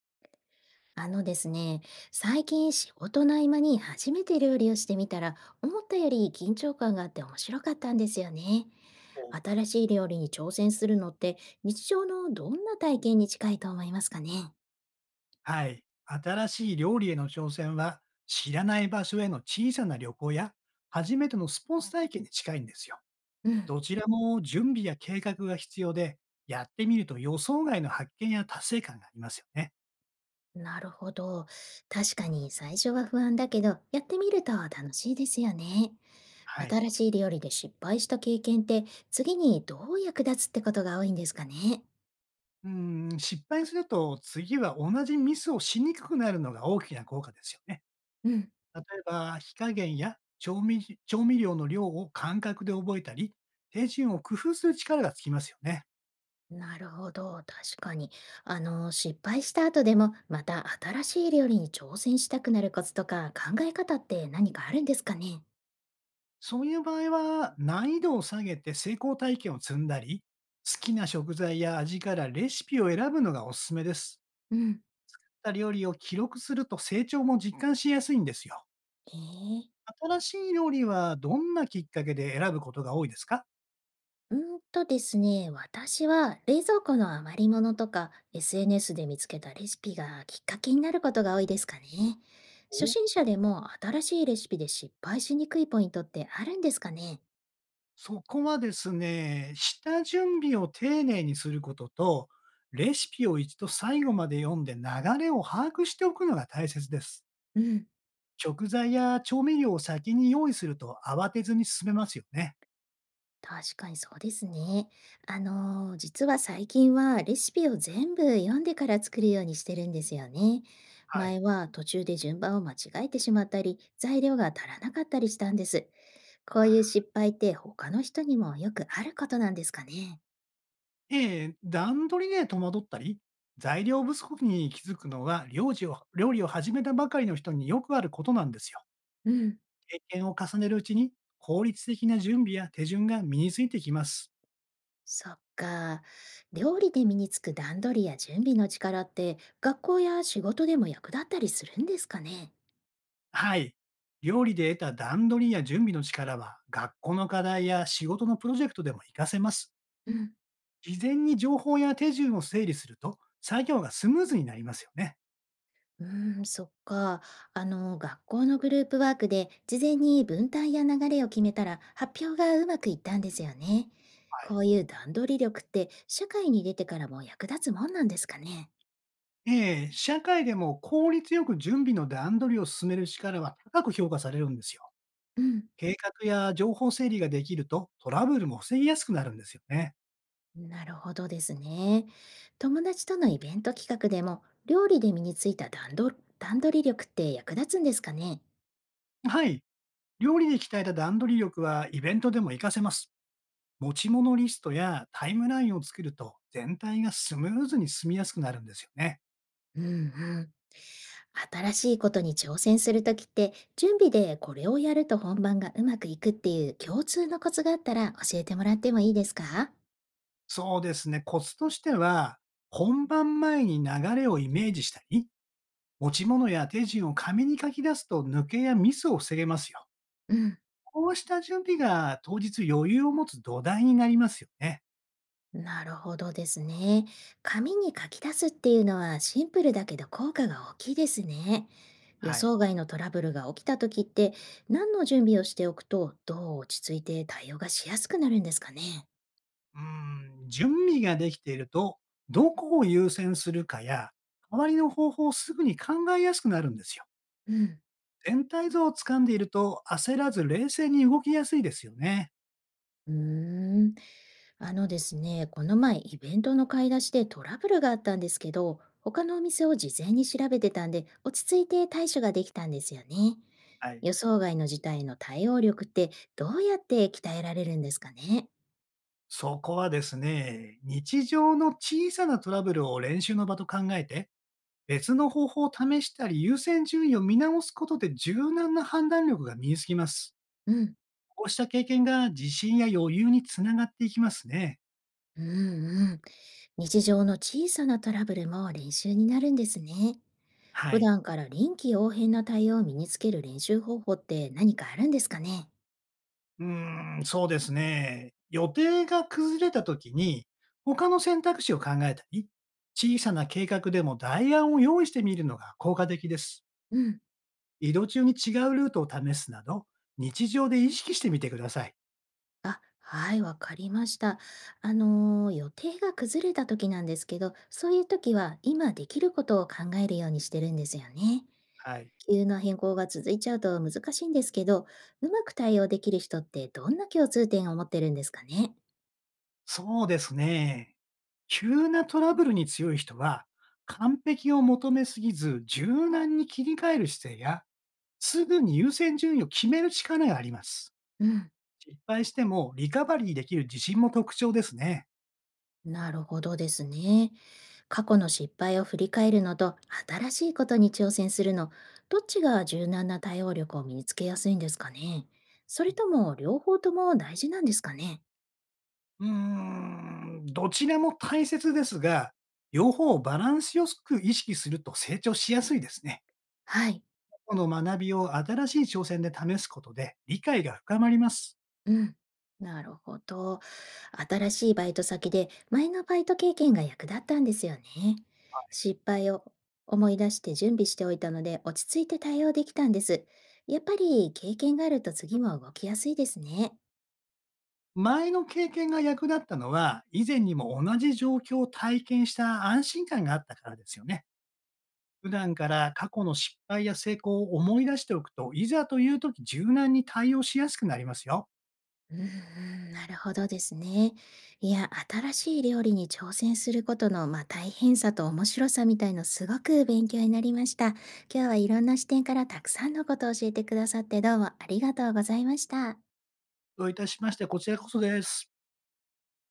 あのですね、最近仕事の合間に初めて料理をしてみたら、思ったより緊張感があって面白かったんですよね。新しい料理に挑戦するのって日常のどんな体験に近いと思いますかね？はい。新しい料理への挑戦は、知らない場所への小さな旅行や、初めてのスポーツ体験に近いんですよ。うん。どちらも準備や計画が必要で、やってみると予想外の発見や達成感がありますよね。なるほど。確かに最初は不安だけど、やってみると楽しいですよね。はい。新しい料理で失敗した経験って次にどう役立つってことが多いんですかね？うん、失敗すると次は同じミスをしにくくなるのが大きな効果ですよね。うん。例えば、火加減や調味料の量を感覚で覚えたり、手順を工夫する力がつきますよね。なるほど、確かに。失敗した後でも、また新しい料理に挑戦したくなるコツとか考え方って何かあるんですかね？そういう場合は、難易度を下げて成功体験を積んだり、好きな食材や味からレシピを選ぶのがおすすめです。うん、料理を記録すると成長も実感しやすいんですよ。ええ。新しい料理はどんなきっかけで選ぶことが多いですか？うーんとですね、私は冷蔵庫の余り物とか SNS で見つけたレシピがきっかけになることが多いですかね。初お。心者でも新しいレシピで失敗しにくいポイントってあるんですかね？そこはですね、下準備を丁寧にすることと、レシピを一度最後まで読んで流れを把握しておくのが大切です。うん。食材や調味料を先に用意すると慌てずに進めますよね。確かにそうですね。実は最近はレシピを全部読んでから作るようにしてるんですよね。はい。前は途中で順番を間違えてしまったり、材料が足らなかったりしたんです。こういあ、う失敗って他の人にもよくあることなんですかね。ええ、段取りで戸惑ったり、材料不足に気づくのが、料理を始めたばかりの人によくあることなんですよ。うん、経験を重ねるうちに、効率的な準備や手順が身についてきます。そっか。料理で身につく段取りや準備の力って学校や仕事でも役立ったりするんですかね。はい。料理で得た段取りや準備の力は、学校の課題や仕事のプロジェクトでも活かせます。うん。事前に情報や手順を整理すると、作業がスムーズになりますよね。うーん、そっか。学校のグループワークで事前に分担や流れを決めたら発表がうまくいったんですよね。はこい。ういう段取り力って社会に出てからも役立つもんなんですかね。ええ、社会でも効率よく準備の段取りを進める力は高く評価されるんですよ。うん、計画や情報整理ができるとトラブルも防ぎやすくなるんですよね。なるほどですね。友達とのイベント企画でも料理で身についた段取り力って役立つんですかね。はい。料理で鍛えた段取り力はイベントでも活かせます。持ち物リストやタイムラインを作ると全体がスムーズに進みやすくなるんですよね。うんうん。新しいことに挑戦するときって、準備でこれをやると本番がうまくいくっていう共通のコツがあったら教えてもらってもいいですか？そうですね。コツとしては、本番前に流れをイメージしたり、持ち物や手順を紙に書き出すと抜けやミスを防げますよ。うん、こうした準備が当日余裕を持つ土台になりますよね。なるほどですね。紙に書き出すっていうのはシンプルだけど効果が大きいですね。予はい。想外のトラブルが起きたときって、何の準備をしておくと、どう落ち着いて対応がしやすくなるんですかね？うん、準備ができていると、どこを優先するかや、代わりの方法をすぐに考えやすくなるんですよ。うん。全体像を掴んでいると、焦らず冷静に動きやすいですよね。うーん。あのですね、この前イベントの買い出しでトラブルがあったんですけど、他のお店を事前に調べてたんで、落ち着いて対処ができたんですよね。はい。予想外の事態への対応力ってどうやって鍛えられるんですかね？そこはですね、日常の小さなトラブルを練習の場と考えて、別の方法を試したり優先順位を見直すことで柔軟な判断力が身につきます。うん、こうした経験が自信や余裕につながっていきますね。うん、うん。日常の小さなトラブルも練習になるんですね。は普い。段から臨機応変な対応を身につける練習方法って何かあるんですかね？うーん、そうですね。予定が崩れた時に、他の選択肢を考えたり、小さな計画でも代案を用意してみるのが効果的です。うん。移動中に違うルートを試すなど、日常で意識してみてください。あ、はい、わかりました。予定が崩れた時なんですけど、そういう時は今できることを考えるようにしてるんですよね。はい。急な変更が続いちゃうと難しいんですけど、うまく対応できる人ってどんな共通点を持ってるんですかね。そうですね。急なトラブルに強い人は、完璧を求めすぎず、柔軟に切り替える姿勢や、すぐに優先順位を決める力があります。うん、失敗してもリカバリーできる自信も特徴ですね。なるほどですね。過去の失敗を振り返るのと新しいことに挑戦するの、どっちが柔軟な対応力を身につけやすいんですかね。それとも両方とも大事なんですかね。うーん、どちらも大切ですが、両方をバランスよく意識すると成長しやすいですね。はい。この学びを新しい挑戦で試すことで理解が深まります。うん。なるほど。新しいバイト先で前のバイト経験が役立ったんですよね。失敗を思い出して準備しておいたので落ち着いて対応できたんです。やっぱり経験があると次も動きやすいですね。前の経験が役立ったのは、以前にも同じ状況を体験した安心感があったからですよね。普段から過去の失敗や成功を思い出しておくと、いざという時柔軟に対応しやすくなりますよ。うんうん、なるほどですね。いや、新しい料理に挑戦することの、まあ、大変さと面白さみたいのすごく勉強になりました。今日はいろんな視点からたくさんのことを教えてくださってどうもありがとうございました。どういたしまして、こちらこそです。